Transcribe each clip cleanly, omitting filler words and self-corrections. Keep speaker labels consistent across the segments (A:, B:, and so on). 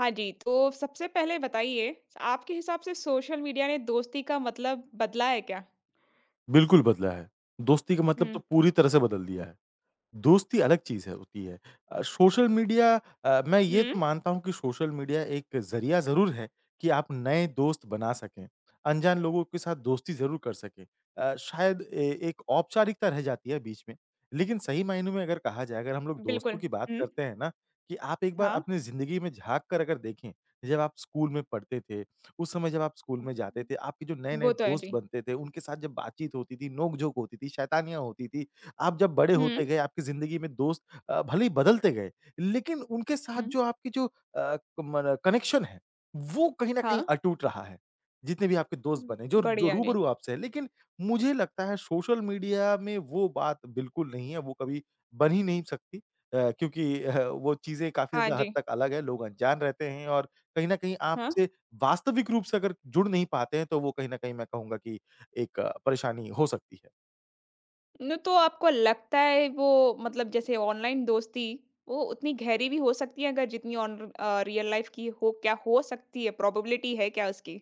A: हाँ जी, तो सबसे पहले बताइए, आपके हिसाब से सोशल मीडिया ने दोस्ती का मतलब बदला है क्या?
B: बिल्कुल बदला है। दोस्ती का मतलब तो
A: हुँ।
B: पूरी तरह से बदल दिया है। दोस्ती अलग चीज़ है होती है। अ, सोशल मीडिया मैं ये
A: हुँ,
B: तो मानता हूँ कि सोशल मीडिया एक ज़रिया ज़रूर है कि आप नए दोस्त बना सकें, अनजान लोगों के साथ दोस्ती ज़रूर कर सकें। शायद ए एक औपचारिकता रह जाती है बीच में, लेकिन सही मायनों में अगर कहा जाए, अगर हम लोग दोस्तों
A: बिल्कुल।
B: की बात
A: हुँ,
B: करते हैं ना, कि आप एक बार
A: हाँ।
B: अपनी ज़िंदगी में झाँक कर अगर देखें, जब आप स्कूल में पढ़ते थे, उस समय जब आप स्कूल में जाते थे,
A: हम्म,
B: आपके जो नए-नए
A: वो तो है
B: दोस्त
A: जी।
B: बनते थे, उनके साथ जब बातचीत होती थी, नोक-झोंक होती थी, शैतानियाँ होती थी, आप जब बड़े
A: हुँ,
B: होते गए, आपकी ज़िंदगी में दोस्त भले ही बदलते गए, लेकिन उनके साथ
A: हुँ,
B: जो आपकी मन कनेक्शन है, वो कहीं न कहीं
A: हाँ।
B: अटूट रहा है। जितने भी आपके दोस्त
A: हम्म,
B: बने, जो जो
A: बढ़िया जी।
B: रूबरू आपसे हैं। लेकिन मुझे लगता है सोशल मीडिया में वो बात बिल्कुल नहीं है, वो कभी बन ही नहीं सकती क्योंकि वो चीज़ें काफ़ी
A: हाँ
B: ज़्यादा हद
A: जी,
B: तक अलग है, लोग अनजान रहते हैं और कहीं न कहीं
A: हाँ।
B: आपसे वास्तविक रूप से अगर जुड़ नहीं पाते हैं, तो वो कहीं न कहीं मैं कहूँगा कि एक परेशानी हो सकती है।
A: न तो आपको लगता है वो मतलब जैसे ऑनलाइन दोस्ती, वो उतनी गहरी भी हो सकती है अगर जितनी ऑन रियल लाइफ की हो क्या हो सकती है? प्रोबेबिलिटी है क्या उसकी?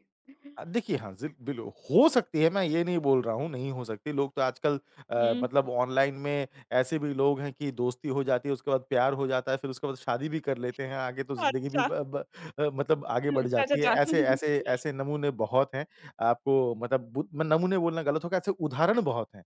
B: देखिए हाँ, ज़िल बिलो हो सकती है, मैं ये नहीं बोल रहा हूँ नहीं हो सकती। लोग तो आजकल
A: हुँ।
B: मतलब ऑनलाइन में ऐसे भी लोग हैं कि दोस्ती हो जाती है, उसके बाद प्यार हो जाता है, फिर उसके बाद शादी भी कर लेते हैं। आगे तो ज़िंदगी भी
A: अच्छा,
B: ब ब अ, मतलब आगे बढ़
A: अच्छा,
B: जाती है।
A: अच्छा,
B: ऐसे
A: अच्छा।
B: ऐसे ऐसे नमूने बहुत हैं। आपको मतलब बु मैं नमूने बोलना गलत होगा, ऐसे उदाहरण बहुत हैं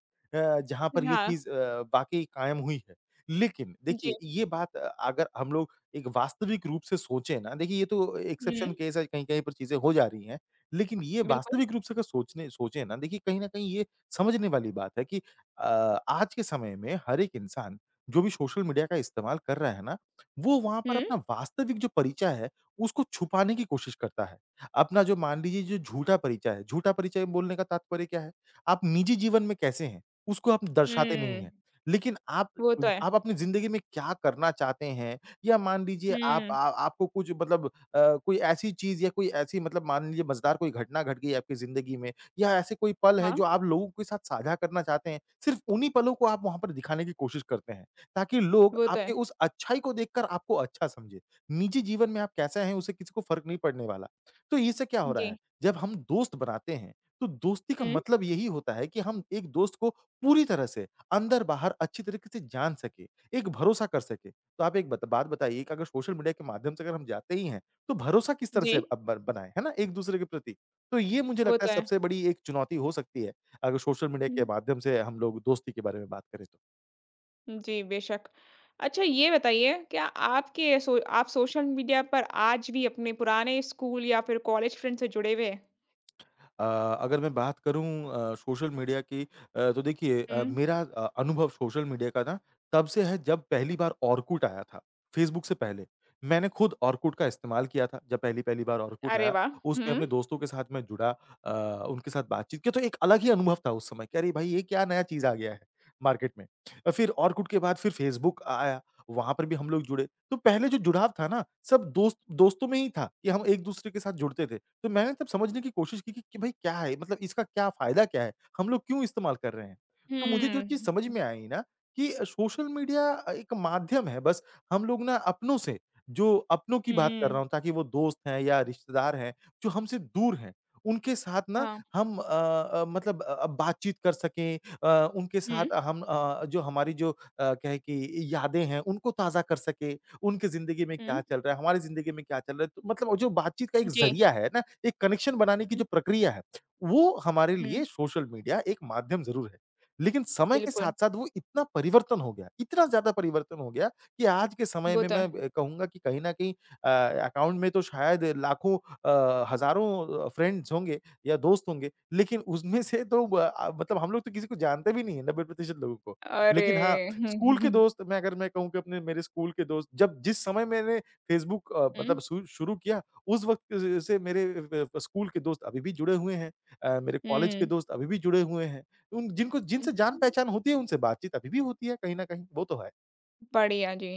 B: जहाँ पर ये
A: हाँ,
B: चीज़ वाक़ई कायम हुई है। लेकिन
A: जी।
B: देखिए, ये बात अगर हम लोग एक वास्तविक रूप से सोचें ना, देखिए ये तो
A: हुँ,
B: एक्सेप्शन केस है, कहीं-कहीं पर चीज़ें हो जा रही हैं। लेकिन ये
A: बिल्कुल।
B: वास्तविक रूप से अगर सोचने सोचें ना देखिए कहीं न कहीं ये समझने वाली बात है कि अ, आज के समय में हर एक इंसान जो भी सोशल मीडिया का इस्तेमाल कर रहा है ना, वो वहाँ पर
A: हुँ।
B: अपना वास्तविक जो परिचय है, उसको छुपाने की कोशिश करता है। अपना जो मान लीजिए जो झूठा परिचय है, झूठा परिचय बोलने का तात्पर्य क्या है? आप निजी जीवन में कैसे हैं, उसको आप दर्शाते नहीं
A: हुँ,
B: हैं। लेकिन आप
A: वो तो है।
B: आप अपनी ज़िंदगी में क्या करना चाहते हैं या मान लीजिए आप
A: हुँ,
B: आ आपको कुछ मतलब कोई ऐसी चीज़ या कोई ऐसी मतलब मान लीजिए मज़ेदार कोई घटना घट गई आपकी ज़िंदगी में या ऐसे कोई पल है
A: हाँ,
B: जो आप लोगों के साथ साझा करना चाहते हैं, सिर्फ़ उन्हीं पलों को आप वहाँ पर दिखाने की कोशिश करते हैं, ताकि लोग
A: वो तो
B: आपके
A: है।
B: उस अच्छाई को देखकर आपको अच्छा समझें। निजी जीवन में आप कैसे हैं उसे किसी को फ़र्क नहीं पड़ने वाला। तो इससे क्या हो रहा
A: जी।
B: है, जब हम दोस्त बनाते हैं, तो दोस्ती का
A: हुँ,
B: मतलब यही होता है कि हम एक दोस्त को पूरी तरह से अंदर-बाहर अच्छी तरीके से जान सकें, एक भरोसा कर सकें। तो आप एक बत बात बताइए कि अगर सोशल मीडिया के माध्यम से अगर हम जाते ही हैं, तो भरोसा किस तरह से
A: जी,
B: अब ब बनाएँ, है ना? एक-दूसरे के प्रति। तो ये मुझे
A: वो
B: लगता है
A: तो है।
B: सबसे बड़ी एक चुनौती हो सकती है, अगर सोशल मीडिया
A: हुँ,
B: के माध्यम से हम लोग दोस्ती के बारे में बात करें तो।
A: जी, बेशक। अच्छा ये बताइए क्या आपके आप सोशल मीडिया पर आज भी अपने पुराने स्कूल या फिर कॉलेज फ्रेंड से जुड़े हुए हैं?
B: अ, अगर मैं बात करूँ सोशल मीडिया की तो देखिए
A: हुँ,
B: मेरा अनुभव सोशल मीडिया का ना तब से है जब पहली बार ऑरकुट आया था, फेसबुक से पहले। मैंने खुद ऑरकुट का इस्तेमाल किया था जब पहली-पहली बार ऑरकुट
A: अरे
B: आया,
A: वाह!
B: उसमें
A: हुँ,
B: अपने दोस्तों के साथ मैं जुड़ा उनके साथ बातचीत की तो एक अलग ही अनुभव था उस समय कि अरे भाई ये क्या नया चीज़ आ गया है मार्केट में। फिर ऑरकुट के बाद फिर फेसबुक आया, वहाँ पर भी हम लोग जुड़े। तो पहले जो जुड़ाव था ना सब दोस्त दोस्तों में ही था कि हम एक-दूसरे के साथ जुड़ते थे। तो मैंने तब समझने की कोशिश की कि भाई क्या है? मतलब इसका क्या फ़ायदा क्या है? हम लोग क्यों इस्तेमाल कर रहे हैं? तो मुझे जो चीज़
A: हुँ,
B: समझ में आई ना कि सोशल मीडिया एक माध्यम है बस हम लोग ना अपनों से जो अपनों की बात कर रहा
A: हुँ,
B: हूँ ताकि वो दोस्त हैं या रिश्तेदार हैं, जो हमसे दूर हैं, उनके साथ ना
A: हाँ,
B: हम मतलब बातचीत कर सकें उनके
A: हुँ,
B: साथ हम जो हमारी कहें कि यादें हैं उनको ताज़ा कर सकें, उनकी ज़िंदगी में क्या
A: हुँ,
B: चल रहा है, हमारी ज़िंदगी में क्या चल रहा है, तो मतलब वो जो बातचीत का एक
A: जी।
B: ज़रिया है ना एक कनेक्शन बनाने की
A: हुँ,
B: जो प्रक्रिया है, वो हमारे
A: हुँ,
B: लिए सोशल मीडिया एक माध्यम ज़रूर है। लेकिन समय के
A: बिल्कुल,
B: साथ-साथ वो इतना परिवर्तन हो गया, इतना ज़्यादा परिवर्तन हो गया कि आज के समय
A: वो
B: में
A: तो
B: मैं
A: है।
B: कहूँगा कि कहीं न कहीं अ, अकाउंट में तो शायद लाखों हज़ारों फ्रेंड्स होंगे या दोस्त होंगे, लेकिन उसमें से तो मतलब हम लोग तो किसी को जानते भी नहीं है 90% लोगों को। लेकिन हाँ,
A: अरे! हुँ,
B: स्कूल के
A: हुँ,
B: दोस्त मैं अगर मैं कहूँ कि अपने मेरे स्कूल के दोस्त जब जिस समय मैंने फेसबुक मतलब
A: हुँ,
B: शु शुरू किया उस वक़्त स से मेरे स्कूल के दोस्त अभी भी जुड़े हुए हैं मेरे कॉलेज के
A: हुँ,
B: दोस्त अभी भी जुड़े हुए हैं। उन जिनको
A: हुँ।
B: जिनसे जान-पहचान होती है, उनसे बातचीत अभी भी होती है कहीं न कहीं, वो तो है।
A: बढ़िया जी।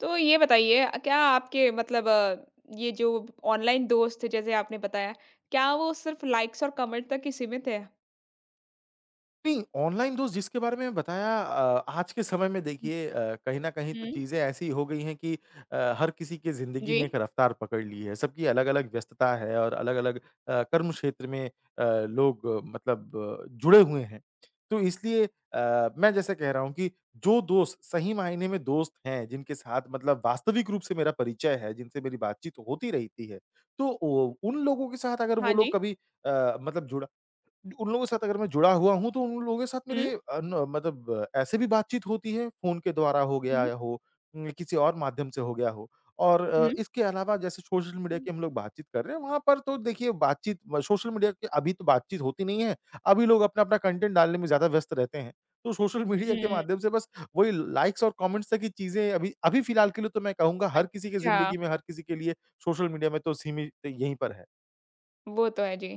A: तो ये बताइए क्या आपके मतलब ये जो ऑनलाइन दोस्त जैसे आपने बताया, क्या वो सिर्फ़ लाइक्स और कमेंट तक ही सीमित है?
B: नहीं, ऑनलाइन दोस्त जिसके बारे में बताया आज के समय में देखिए कहीं न कहीं तो
A: हुँ,
B: चीज़ें ऐसी हो गई हैं कि हर किसी की ज़िंदगी
A: जी।
B: ने एक रफ़्तार पकड़ ली है। सबकी अलग-अलग व्यस्तता है और अलग-अलग कर्म क्षेत्र में लोग मतलब जुड़े हुए हैं। तो इसलिए मैं जैसे कह रहा हूँ कि जो दोस्त सही मायने में दोस्त हैं, जिनके साथ मतलब वास्तविक रूप से मेरा परिचय है, जिनसे मेरी बातचीत होती रहती है, तो ओ उन लोगों के साथ अगर
A: हाँ
B: वो
A: जी।
B: लोग कभी मतलब जुड़े उन लोगों के साथ अगर मैं जुड़ा हुआ हूँ, तो उन लोगों के साथ
A: हुँ,
B: मेरे अ, न मतलब ऐसे भी बातचीत होती है, फ़ोन के द्वारा हो गया
A: हुँ,
B: या हो, किसी और माध्यम से हो गया हो। और
A: हुँ,
B: इसके अलावा जैसे सोशल मीडिया
A: हुँ,
B: की हम लोग बातचीत कर रहे हैं, वहाँ पर तो देखिए बातचीत म सोशल मीडिया की अभी तो बातचीत होती नहीं है। अभी लोग अपना-अपना कंटेंट डालने में ज़्यादा व्यस्त रहते हैं। तो सोशल मीडिया के
A: हुँ,
B: माध्यम से बस वही लाइक्स और कमेंट्स तक की चीज़ें अभी अभी फ़िलहाल के लिए तो मैं कहूँगा हर किसी की
A: अच्छा,
B: ज़िंदगी में, हर किसी के लिए सोशल मीडिया में तो सीमित यहीं पर है।
A: वो तो है जी।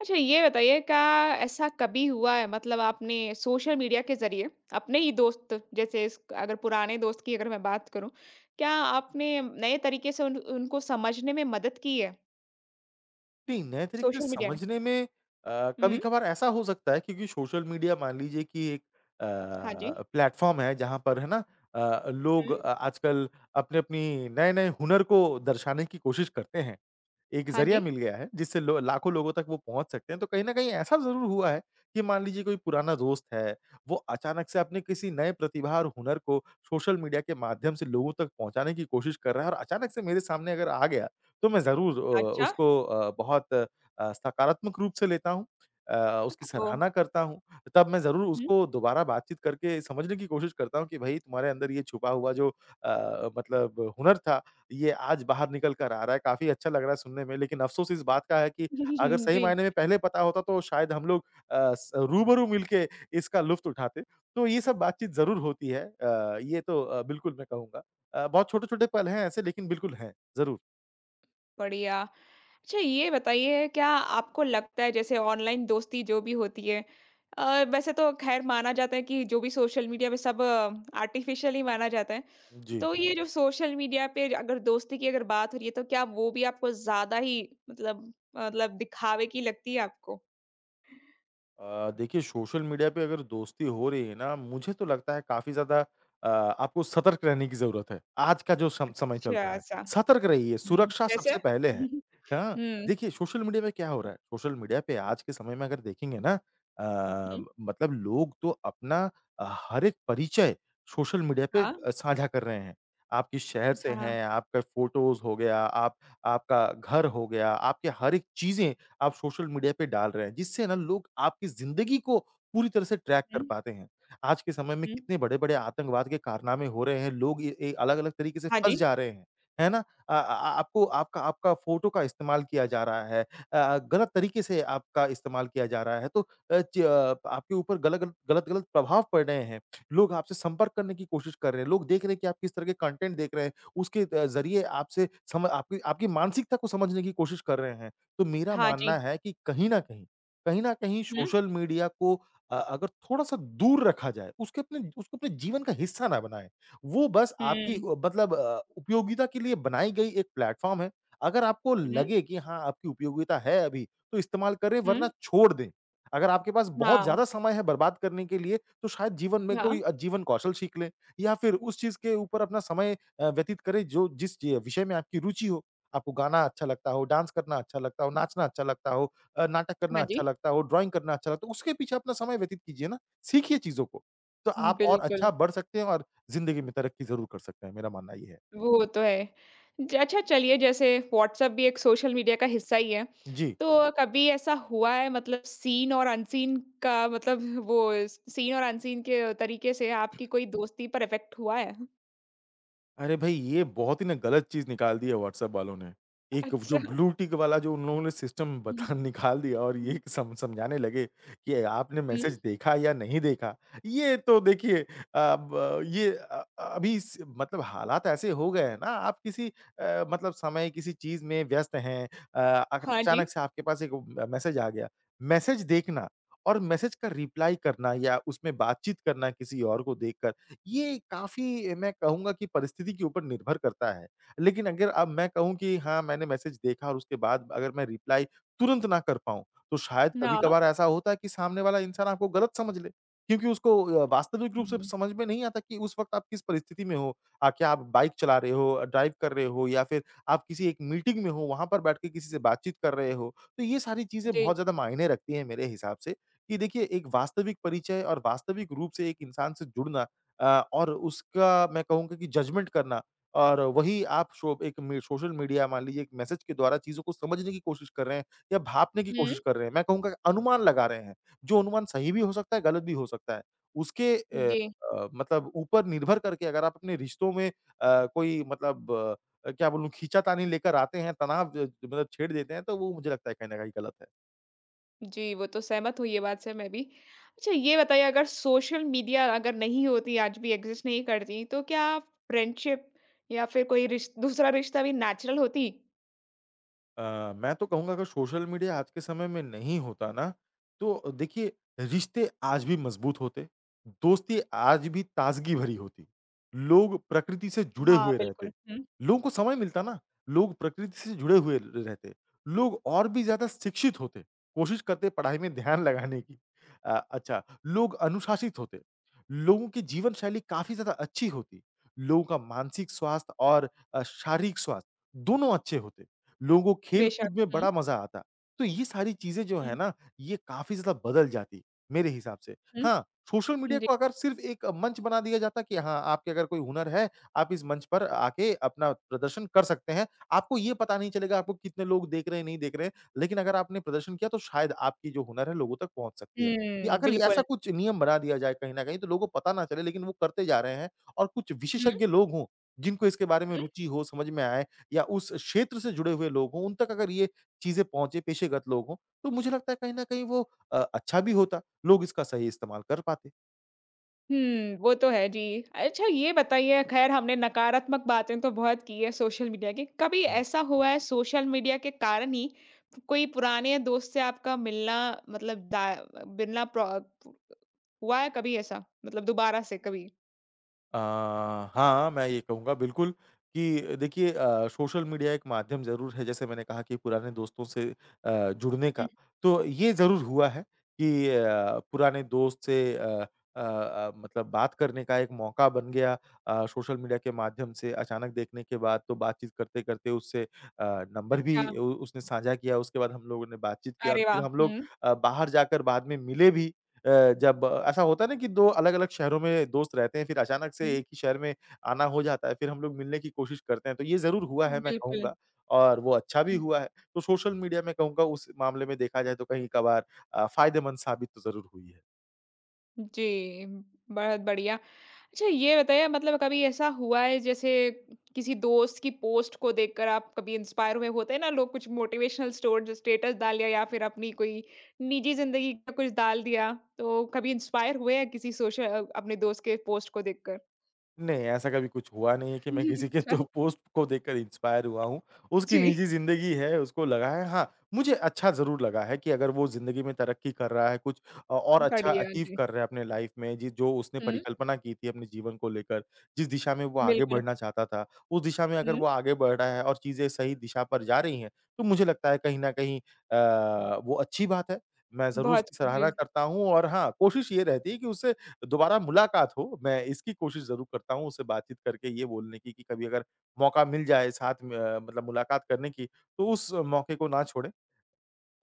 A: अच्छा ये बताइए क्या ऐसा कभी हुआ है मतलब आपने सोशल मीडिया के ज़रिए अपने ही दोस्त जैसे इस अगर पुराने दोस्त की अगर मैं बात करूँ, क्या आपने नए तरीके से उन उनको समझने में मदद की है,
B: नहीं, नए तरीके से
A: सोशल मीडिया ने?
B: समझने में
A: हुँ,
B: कभी-कभार ऐसा हो सकता है क्योंकि सोशल मीडिया मान लीजिए कि एक अ,
A: हाँ जी।
B: प्लेटफ़ॉर्म है जहाँ पर है ना लोग
A: हुँ,
B: आजकल अपने-अपनी नए-नए हुनर को दर्शाने की कोशिश करते हैं। एक
A: हाँ
B: ज़रिया
A: जी।
B: मिल गया है, जिससे लो लाखों लोगों तक वो पहुँच सकते हैं। तो कहीं न कहीं ऐसा ज़रूर हुआ है कि मान लीजिए कोई पुराना दोस्त है, वो अचानक से अपने किसी नए प्रतिभा और हुनर को सोशल मीडिया के माध्यम से लोगों तक पहुँचाने की कोशिश कर रहा है और अचानक से मेरे सामने अगर आ गया, तो मैं ज़रूर
A: अच्छा,
B: उसको बहुत सकारात्मक रूप से लेता हूँ। उसकी
A: ओह!
B: सराहना करता हूँ, तब मैं ज़रूर
A: हुँ।
B: उसको दोबारा बातचीत करके समझने की कोशिश करता हूँ कि भई तुम्हारे अंदर ये छुपा हुआ जो मतलब हुनर था ये आज बाहर निकल कर आ रहा है, काफ़ी अच्छा लग रहा है सुनने में, लेकिन अफ़सोस इस बात का है कि अगर सही
A: जी,
B: मायने में पहले पता होता तो शायद हम लोग अ, स रूबरू मिलके इसका लुफ़्त उठाते। तो ये सब बातचीत ज़रूर होती है। ये तो बिल्कुल मैं कहूँगा। बहुत छोटे-छोटे पल हैं ऐसे लेकिन बिल्कुल हैं। ज़रूर।
A: बढ़िया। अच्छा ये बताइए क्या आपको लगता है जैसे ऑनलाइन दोस्ती जो भी होती है वैसे तो ख़ैर माना जाता है कि जो भी सोशल मीडिया पे सब आर्टिफ़िशियल ही माना जाता है।
B: जी।
A: तो ये जो सोशल मीडिया पे अगर दोस्ती की अगर बात हो रही है तो क्या वो भी आपको ज़्यादा ही मतलब मतलब दिखावे की लगती है आपको?
B: देखिए सोशल मीडिया पे अगर दोस्ती हो रही है ना, मुझे तो लगता है काफ़ी ज़्यादा आपको सतर्क रहने की ज़रूरत है। आज का जो सम समय चल
A: अच्छा,
B: रहा है,
A: ऐसा।
B: सतर्क रहिए,
A: हुँ,
B: सुरक्षा
A: जैसे?
B: सबसे पहले है। हाँ,
A: हुँ,
B: देखिए सोशल मीडिया में क्या हो रहा है, सोशल मीडिया पे आज के समय में अगर देखेंगे ना
A: हुँ,
B: मतलब लोग तो अपना हर एक परिचय सोशल मीडिया पे
A: हाँ,
B: साझा कर रहे हैं। आप किस शहर से
A: हाँ,
B: हैं, आपका फ़ोटोज़ हो गया, आप आपका घर हो गया, आपके हर एक चीज़ें आप सोशल मीडिया पे डाल रहे हैं, जिससे ना लोग आपकी ज़िंदगी को पूरी तरह से ट्रैक
A: हुँ,
B: कर पाते हैं। आज के समय में
A: हुँ।
B: कितने बड़े-बड़े आतंकवाद के कारनामे हो रहे हैं, लोग ये ए अलग-अलग तरीके से
A: हाँ
B: फँस
A: जी,
B: जा रहे हैं, है ना? आ आ- आपको आपका आपका फ़ोटो का इस्तेमाल किया जा रहा है, गलत तरीके से आपका इस्तेमाल किया जा रहा है, तो आपके ऊपर गलत-गलत प्रभाव पड़ रहे हैं। लोग आपसे संपर्क करने की कोशिश कर रहे हैं, लोग देख रहे हैं कि आप किस तरह के कंटेंट देख रहे हैं, उसके ज़रिए आपसे सम आपकी आपकी मानसिकता को समझने की कोशिश कर रहे हैं। तो मेरा
A: हाँ
B: मानना
A: जी।
B: है कि कहीं न कहीं
A: हुँ,
B: सोशल मीडिया को अगर थोड़ा-सा दूर रखा जाए, उसके अपने उसको अपने जीवन का हिस्सा ना बनाएँ। वो बस आपकी
A: हुँ,
B: मतलब उपयोगिता के लिए बनाई गई एक प्लेटफ़ॉर्म है। अगर आपको
A: हुँ,
B: लगे कि हाँ, आपकी उपयोगिता है अभी, तो इस्तेमाल करें
A: हुँ।
B: वरना छोड़ दें। अगर आपके पास बहुत
A: हाँ,
B: ज़्यादा समय है बर्बाद करने के लिए, तो शायद जीवन में
A: हाँ,
B: कोई आजीवन कौशल सीख लें या फिर उस चीज़ के ऊपर अपना समय व्यतीत करें जो जिस च विषय में आपकी रुचि हो। आपको गाना अच्छा लगता हो, डांस करना अच्छा लगता हो, नाचना अच्छा लगता हो, नाटक करना
A: हाँ
B: अच्छा
A: जी।
B: लगता हो, ड्राइंग करना अच्छा लगता हो, उसके पीछे अपना समय व्यतीत कीजिए ना। सीखिए चीज़ों को, तो आप और
A: बिल्कुल,
B: अच्छा बढ़ सकते हैं और ज़िंदगी में तरक्की ज़रूर कर सकते हैं, मेरा मानना ये है।
A: वो तो है। ज अच्छा चलिए जैसे व्हाट्सएप भी एक सोशल मीडिया का हिस्सा ही है,
B: जी।
A: तो कभी ऐसा हुआ है मतलब सीन और अनसीन का मतलब वो सीन और अनसीन के तरीके से आपकी कोई दोस्ती पर इफ़ेक्ट हुआ है?
B: अरे भई, ये बहुत ही ना गलत चीज़ निकाल दी है व्हाट्सएप वालों ने। एक जो
A: अच्छा।
B: ब्लू टिक वाला जो उन लोगों ने सिस्टम
A: हुँ,
B: बता निकाल दिया और ये
A: हुँ,
B: सम समझाने लगे कि आपने
A: हुँ।
B: मैसेज देखा या नहीं देखा। ये तो देखिए, अब ये अ, अभी स मतलब हालात ऐसे हो गए हैं ना, आप किसी मतलब समय किसी चीज़ में व्यस्त हैं, अ, अग
A: हाँ जी,
B: अचानक से आपके पास एक म मैसेज आ गया। मैसेज देखना और मैसेज का रिप्लाई करना या उसमें बातचीत करना किसी और को देखकर, ये काफ़ी मैं कहूँगा कि परिस्थिति के ऊपर निर्भर करता है। लेकिन अगर अब मैं कहूँ कि हाँ, मैंने मैसेज देखा और उसके बाद अगर मैं रिप्लाई तुरंत ना कर पाऊँ, तो शायद
A: हाँ।
B: कभी-कभार ऐसा होता है कि सामने वाला इंसान आपको गलत समझ ले। क्योंकि उसको वास्तविक रूप से
A: हुँ,
B: समझ में नहीं आता कि उस वक़्त आप किस परिस्थिति में हो। क्या आप बाइक चला रहे हो, ड्राइव कर रहे हो या फिर आप किसी एक मीटिंग में हो, वहाँ पर बैठ के किसी से बातचीत कर रहे हो। तो ये सारी चीज़ें
A: जी।
B: बहुत ज़्यादा मायने रखती हैं मेरे हिसाब से कि देखिए, एक वास्तविक परिचय और वास्तविक रूप से एक इंसान से जुड़ना, और उसका मैं कहूँगा कि जजमेंट करना, और वही आप शो एक मी सोशल मीडिया मान लीजिए एक मैसेज के द्वारा चीज़ों को समझने की कोशिश कर रहे हैं या भापने की कोशिश
A: हुँ,
B: कर रहे हैं। मैं कहूँगा कि अनुमान लगा रहे हैं, जो अनुमान सही भी हो सकता है, गलत भी हो सकता है। उसके
A: जी।
B: मतलब ऊपर निर्भर करके अगर आप अपने रिश्तों में कोई मतलब क्या बोलूँ खींचातानी लेकर आते हैं, तनाव ज मतलब छेड़ देते हैं, तो वो मुझे लगता है कहीं न कहीं गलत है।
A: जी, वो तो सहमत हुई ये बात से मैं भी। अच्छा ये बताइए अगर सोशल मीडिया अगर नहीं होती, आज भी एग्ज़िस्ट नहीं करती, तो क्या फ्रेंडशिप या फिर कोई रिश दूसरा रिश्ता भी नेचुरल होती?
B: मैं तो कहूँगा अगर सोशल मीडिया आज के समय में नहीं होता ना, तो देखिए, रिश्ते आज भी मज़बूत होते, दोस्ती आज भी ताज़गी भरी होती, लोग प्रकृति से जुड़े
A: हाँ,
B: हुए
A: बिल्कुल।
B: रहते,
A: हुँ।
B: लोगों को समय मिलता ना, लोग प्रकृति से जुड़े हुए रहते, लोग और भी ज़्यादा शिक्षित होते, कोशिश करते पढ़ाई में ध्यान लगाने की। अच्छा, लोग अनुशासित होते, लोगों की जीवन शैली काफ़ी ज़्यादा अच्छी होती, लोगों का मानसिक स्वास्थ्य और शारीरिक स्वास्थ्य दोनों अच्छे होते। लोगों को
A: बेशक।
B: खेल-कूद में
A: हुँ,
B: बड़ा मज़ा आता। तो ये सारी चीज़ें जो है
A: हुँ,
B: ना, ये काफ़ी ज़्यादा बदल जाती, मेरे हिसाब से।
A: हुँ,
B: हाँ, सोशल मीडिया
A: जी।
B: को अगर सिर्फ़ एक मंच बना दिया जाता कि हाँ, आपके अगर कोई हुनर है, आप इस मंच पर आके अपना प्रदर्शन कर सकते हैं। आपको ये पता नहीं चलेगा आपको कितने लोग देख रहे हैं, नहीं देख रहे हैं। लेकिन अगर आपने प्रदर्शन किया तो शायद आपकी जो हुनर है लोगों तक पहुँच सकती है। ये
A: हुँ,
B: अगर ऐसा
A: बिल्कुल।
B: कुछ नियम बना दिया जाए कहीं न कहीं तो लोगों को पता ना चले लेकिन वो करते जा रहे हैं, और कुछ
A: हुँ,
B: विशेषज्ञ लोग हों, जिनको इसके बारे में
A: हुँ,
B: रुचि हो, समझ में आए या उस क्षेत्र से जुड़े हुए लोग हों, उन तक अगर ये चीज़ें पहुँचे, पेशेगत लोग हों, तो मुझे लगता है कहीं न कहीं वो अच्छा भी होता। लोग इसका सही इस्तेमाल कर पाते।
A: हुँ, वो तो है, जी। अच्छा ये बताइए ख़ैर हमने नकारात्मक बातें तो बहुत की है सोशल मीडिया की, कभी ऐसा हुआ है सोशल मीडिया के कारण ही कोई पुराने दोस्त से आपका मिलना मतलब दा मिलना प्रो हुआ है कभी ऐसा? मतलब दोबारा से कभी?
B: अ, हाँ, मैं ये कहूँगा बिल्कुल कि देखिए, सोशल मीडिया एक माध्यम ज़रूर है, जैसे मैंने कहा कि पुराने दोस्तों से जुड़ने
A: हुँ,
B: का। तो ये ज़रूर हुआ है कि पुराने दोस्त से मतलब बात करने का एक मौका बन गया सोशल मीडिया के माध्यम से अचानक देखने के बाद। तो बातचीत करते-करते उससे नंबर भी
A: अच्छा।
B: उ उसने साझा किया, उसके बाद हम लोगों ने बातचीत किया और
A: अरे
B: फिर
A: वाह!
B: हम लोग
A: हुँ,
B: बाहर जाकर बाद में मिले भी। जब ऐसा होता है ना कि 2 अलग-अलग शहरों में दोस्त रहते हैं, फिर अचानक से
A: हुँ,
B: एक ही शहर में आना हो जाता है, फिर हम लोग मिलने की कोशिश करते हैं, तो ये ज़रूर हुआ है मैं
A: बिल्कुल।
B: कहूँगा और वो अच्छा भी
A: हुँ।
B: हुआ है। तो सोशल मीडिया मैं कहूँगा उस मामले में देखा जाए तो कहीं-कभार फ़ायदेमंद साबित तो ज़रूर हुई है।
A: जी, बहुत बढ़िया। अच्छा ये बताइए मतलब कभी ऐसा हुआ है जैसे किसी दोस्त की पोस्ट को देखकर आप कभी इंस्पायर हुए होते हैं ना लोग कुछ मोटिवेशनल स्टोर स्टेटस डाल लिया या फिर अपनी कोई निजी ज़िंदगी का कुछ डाल दिया, तो कभी इंस्पायर हुए हैं किसी सोशल अपने दोस्त के पोस्ट को देखकर?
B: नहीं, ऐसा कभी कुछ हुआ नहीं है कि मैं किसी के तो
A: अच्छा।
B: पोस्ट को देखकर इंस्पायर हुआ हूँ। उसकी निजी
A: जी,
B: ज़िंदगी है, उसको लगा है हाँ, मुझे अच्छा ज़रूर लगा है कि अगर वो ज़िंदगी में तरक्की कर रहा है, कुछ और अच्छा
A: बढ़िया
B: अचीव
A: जी।
B: कर रहा है अपने लाइफ़ में, जि जो उसने
A: हुँ,
B: परिकल्पना की थी अपने जीवन को लेकर, जिस दिशा में वो आगे
A: बिल्कुल।
B: बढ़ना चाहता था, उस दिशा में अगर
A: हुँ।
B: वो आगे बढ़ रहा है और चीज़ें सही दिशा पर जा रही हैं, तो मुझे लगता है कहीं न कहीं वो अच्छी बात है। मैं ज़रूर
A: बहुत
B: उसकी
A: खूब,
B: सराहना
A: जी।
B: करता हूँ और हाँ, कोशिश ये रहती है कि उससे दोबारा मुलाकात हो। मैं इसकी कोशिश ज़रूर करता हूँ उससे बातचीत करके ये बोलने की कि कभी अगर मौका मिल जाए साथ में मतलब मुलाकात करने की, तो उस मौके को ना छोड़ें।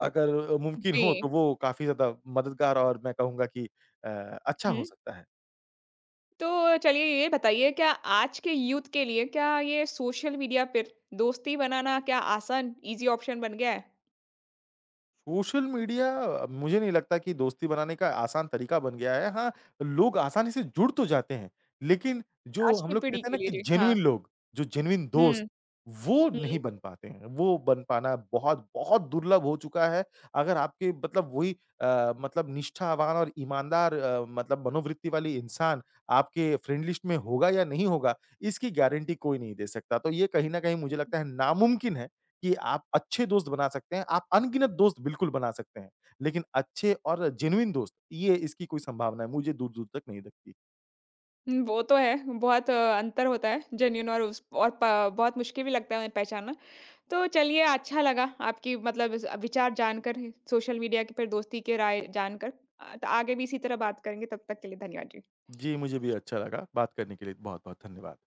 B: अगर मुमकिन
A: जी।
B: हो तो वो काफ़ी ज़्यादा मददगार और मैं कहूँगा कि अच्छा
A: हुँ।
B: हो सकता है।
A: तो चलिए ये बताइए क्या आज के यूथ के लिए क्या ये सोशल मीडिया पर दोस्ती बनाना क्या आसान ईज़ी ऑप्शन बन गया है?
B: सोशल मीडिया मुझे नहीं लगता कि दोस्ती बनाने का आसान तरीका बन गया है। हाँ, लोग आसानी से जुड़ तो जाते हैं, लेकिन जो
A: आज
B: हम
A: की
B: लोग
A: पीढ़ी
B: कहते हैं ना
A: के लिए
B: कि
A: जी, हाँ।
B: जेनुइन लोग, जो जेनुइन
A: हुँ,
B: दोस्त, वो नहीं
A: हुँ।
B: बन पाते हैं। वो बन पाना बहुत, बहुत दुर्लभ हो चुका है। अगर आपके मतलब वही मतलब निष्ठावान और ईमानदार मतलब मनोवृत्ति वाली इंसान आपके फ्रेंड लिस्ट में होगा या नहीं होगा, इसकी गारंटी कोई नहीं दे सकता। तो ये कहीं न कहीं मुझे लगता है नामुमकिन है कि आप अच्छे दोस्त बना सकते हैं, आप अनगिनत दोस्त बिल्कुल बना सकते हैं, लेकिन अच्छे और जेनुइन दोस्त ये इसकी कोई संभावना है मुझे दूर-दूर तक नहीं लगती।
A: हुँ, वो तो है, बहुत अंतर होता है जेन्युइन और उस और प बहुत मुश्किल भी लगता है उन्हें पहचानना। तो चलिए अच्छा लगा आपकी मतलब इस विचार जानकर ही सोशल मीडिया के पर दोस्ती के राय जानकर। तो आगे भी इसी तरह बात करेंगे, तब तक के लिए धन्यवाद जी।
B: जी, मुझे भी अच्छा लगा, बात करने के लिए बहुत-बहुत धन्यवाद।